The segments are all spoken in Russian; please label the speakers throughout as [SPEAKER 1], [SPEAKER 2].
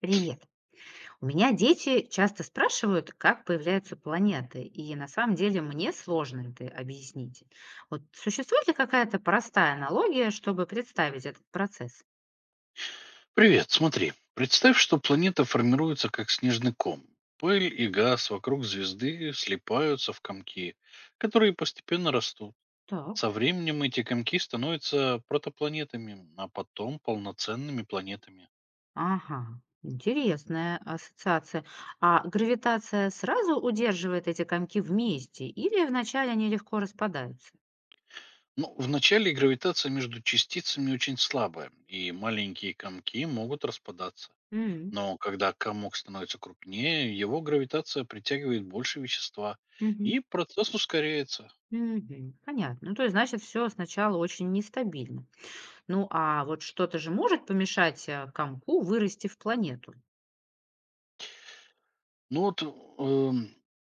[SPEAKER 1] Привет. У меня дети часто спрашивают, как появляются планеты, и на самом деле мне сложно это объяснить. Вот существует ли какая-то простая аналогия, чтобы представить этот процесс?
[SPEAKER 2] Привет, смотри. Представь, что планета формируется как снежный ком. Пыль и газ вокруг звезды слипаются в комки, которые постепенно растут.
[SPEAKER 1] Так,
[SPEAKER 2] Со временем эти комки становятся протопланетами, а потом полноценными планетами.
[SPEAKER 1] ага, интересная ассоциация. А гравитация сразу удерживает эти комки вместе, или вначале они легко распадаются?
[SPEAKER 2] Ну, вначале гравитация между частицами очень слабая, и маленькие комки могут распадаться.
[SPEAKER 1] М,
[SPEAKER 2] Но когда комок становится крупнее, его гравитация притягивает больше вещества,
[SPEAKER 1] мгм,
[SPEAKER 2] и процесс ускоряется.
[SPEAKER 1] мгм. Понятно. Ну, то есть, значит, все сначала очень нестабильно. Ну, а вот что-то же может помешать, комку вырасти в планету?
[SPEAKER 2] Ну вот эм,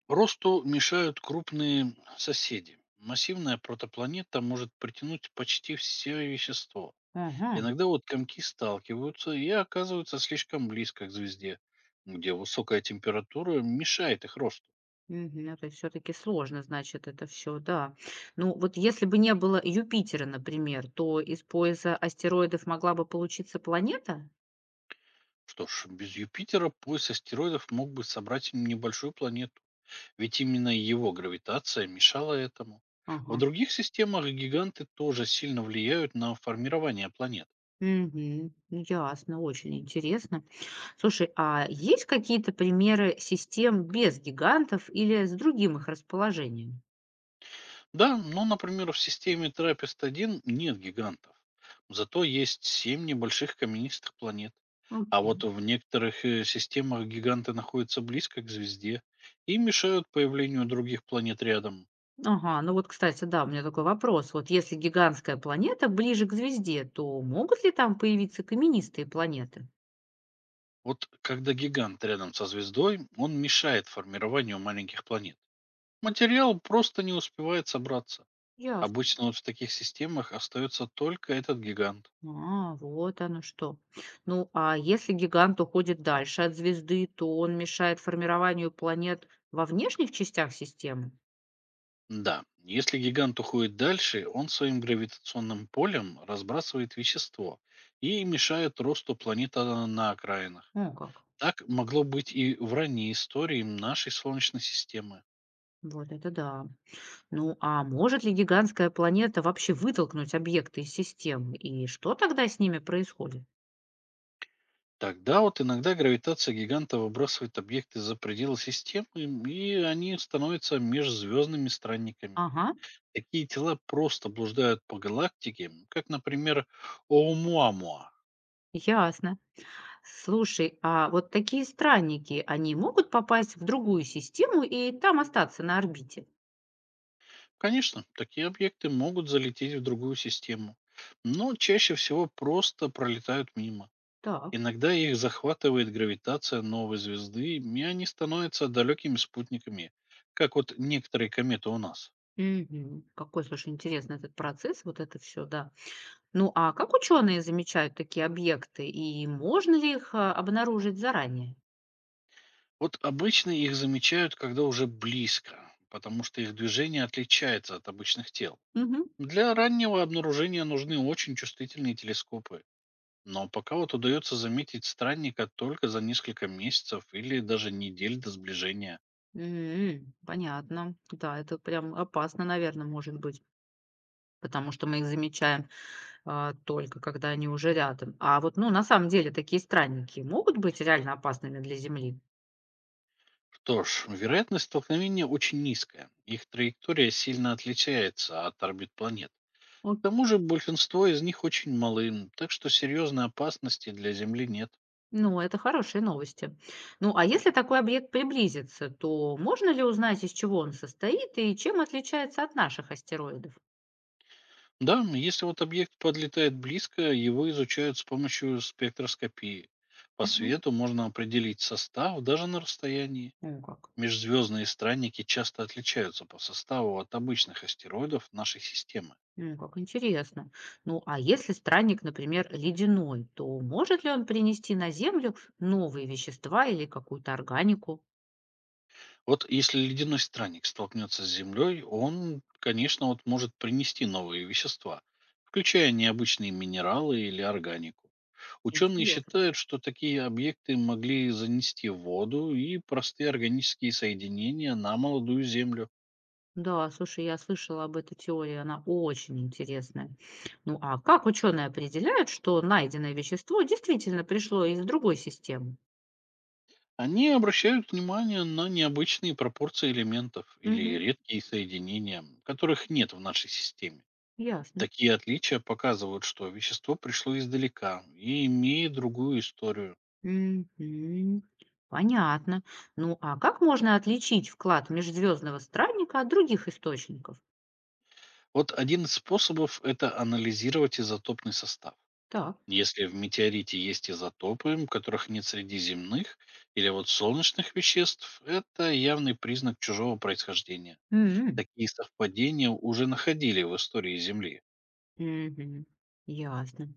[SPEAKER 2] Росту мешают крупные соседи. Массивная протопланета может притянуть почти все вещество.
[SPEAKER 1] Ага.
[SPEAKER 2] Иногда вот комки сталкиваются и оказываются слишком близко к звезде, где высокая температура мешает их росту.
[SPEAKER 1] Мгм. Это все таки сложно, значит, это все, да. Ну, вот если бы не было Юпитера, например, то из пояса астероидов могла бы получиться планета?
[SPEAKER 2] Что ж, без Юпитера пояс астероидов мог бы собрать небольшую планету, ведь именно его гравитация мешала этому. В
[SPEAKER 1] Ага.
[SPEAKER 2] других системах гиганты тоже сильно влияют на формирование планет.
[SPEAKER 1] Мгм. Ну, ясно, очень интересно. Слушай, а есть какие-то примеры систем без гигантов или с другим их расположением?
[SPEAKER 2] Да, но, например, в системе Трапест-1 нет гигантов. Зато есть семь небольших каменистых планет. А
[SPEAKER 1] Окей.
[SPEAKER 2] вот в некоторых системах гиганты находятся близко к звезде и мешают появлению других планет рядом.
[SPEAKER 1] Ага, ну вот, кстати, да, у меня такой вопрос. Вот если гигантская планета ближе к звезде, то могут ли там появиться каменистые планеты?
[SPEAKER 2] Вот когда гигант рядом со звездой, он мешает формированию маленьких планет. Материал просто не успевает собраться.
[SPEAKER 1] Ясно.
[SPEAKER 2] Обычно вот в таких системах остается только этот гигант.
[SPEAKER 1] А, вот оно что. Ну, а если гигант уходит дальше от звезды, то он мешает формированию планет во внешних частях системы?
[SPEAKER 2] Да, если гигант уходит дальше, он своим гравитационным полем разбрасывает вещество и мешает росту планет на окраинах.
[SPEAKER 1] Ну как.
[SPEAKER 2] Так могло быть и в ранней истории нашей Солнечной системы.
[SPEAKER 1] Вот это да. Ну, а может ли гигантская планета вообще вытолкнуть объекты из системы? И что тогда с ними происходит?
[SPEAKER 2] Тогда вот иногда гравитация гиганта выбрасывает объекты за пределы системы, и они становятся межзвездными странниками.
[SPEAKER 1] Ага,
[SPEAKER 2] Такие тела просто блуждают по галактике, как, например, Оумуамуа.
[SPEAKER 1] ясно. Слушай, а вот такие странники, они могут попасть в другую систему и там остаться на орбите?
[SPEAKER 2] Конечно, такие объекты могут залететь в другую систему, но чаще всего просто пролетают мимо.
[SPEAKER 1] Так.
[SPEAKER 2] Иногда их захватывает гравитация новой звезды, и они становятся далекими спутниками, как вот некоторые кометы у нас.
[SPEAKER 1] Мгм. Какой, слушай, интересный этот процесс, вот это все, да. Ну, а как ученые замечают такие объекты и можно ли их обнаружить заранее?
[SPEAKER 2] Вот обычно их замечают, когда уже близко, потому что их движение отличается от обычных тел.
[SPEAKER 1] Мгм.
[SPEAKER 2] Для раннего обнаружения нужны очень чувствительные телескопы, но пока вот удается заметить странника только за несколько месяцев или даже недель до сближения.
[SPEAKER 1] М, понятно. Да, это прям опасно, наверное, может быть, потому что мы их замечаем только когда они уже рядом. А вот, ну, на самом деле такие странники могут быть реально опасными для Земли.
[SPEAKER 2] Что ж, вероятность столкновения очень низкая. Их траектория сильно отличается от орбит планет. К тому же большинство из них очень малы, так что серьезной опасности для Земли нет.
[SPEAKER 1] Ну, это хорошие новости. Ну, а если такой объект приблизится, то можно ли узнать, из чего он состоит и чем отличается от наших астероидов?
[SPEAKER 2] Да, если вот объект подлетает близко, его изучают с помощью спектроскопии. По
[SPEAKER 1] Мгм.
[SPEAKER 2] свету можно определить состав даже на расстоянии.
[SPEAKER 1] Ну, как.
[SPEAKER 2] Межзвездные странники часто отличаются по составу от обычных астероидов нашей системы.
[SPEAKER 1] Ну, как интересно. Ну, а если странник, например, ледяной, то может ли он принести на Землю новые вещества или какую-то органику?
[SPEAKER 2] Вот если ледяной странник столкнется с Землей, он, конечно, вот может принести новые вещества, включая необычные минералы или органику. Ученые
[SPEAKER 1] Интересно.
[SPEAKER 2] считают, что такие объекты могли занести воду и простые органические соединения на молодую Землю.
[SPEAKER 1] Да, слушай, я слышала об этой теории, она очень интересная. Ну, а как ученые определяют, что найденное вещество действительно пришло из другой системы?
[SPEAKER 2] Они обращают внимание на необычные пропорции элементов или
[SPEAKER 1] Мгм.
[SPEAKER 2] редкие соединения, которых нет в нашей системе.
[SPEAKER 1] Ясно.
[SPEAKER 2] Такие отличия показывают, что вещество пришло издалека и имеет другую историю.
[SPEAKER 1] Мгм. Понятно. Ну, а как можно отличить вклад межзвездного странника от других источников?
[SPEAKER 2] Вот один из способов– это анализировать изотопный состав.
[SPEAKER 1] Так.
[SPEAKER 2] Если в метеорите есть изотопы, которых нет среди земных или вот солнечных веществ, это явный признак чужого происхождения.
[SPEAKER 1] М.
[SPEAKER 2] Такие совпадения уже находили в истории Земли.
[SPEAKER 1] Мгм. Ясно.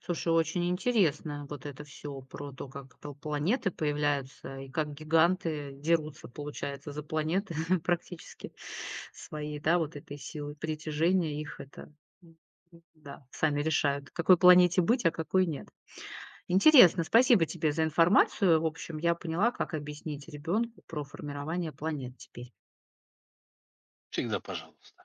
[SPEAKER 1] Слушай, очень интересно вот это все про то, как планеты появляются и как гиганты дерутся, получается, за планеты практически свои, да, вот этой силы притяжения их это, м, да, сами решают, какой планете быть, а какой нет. Интересно, спасибо тебе за информацию. В общем, я поняла, как объяснить ребенку про формирование планет теперь.
[SPEAKER 2] Всегда пожалуйста.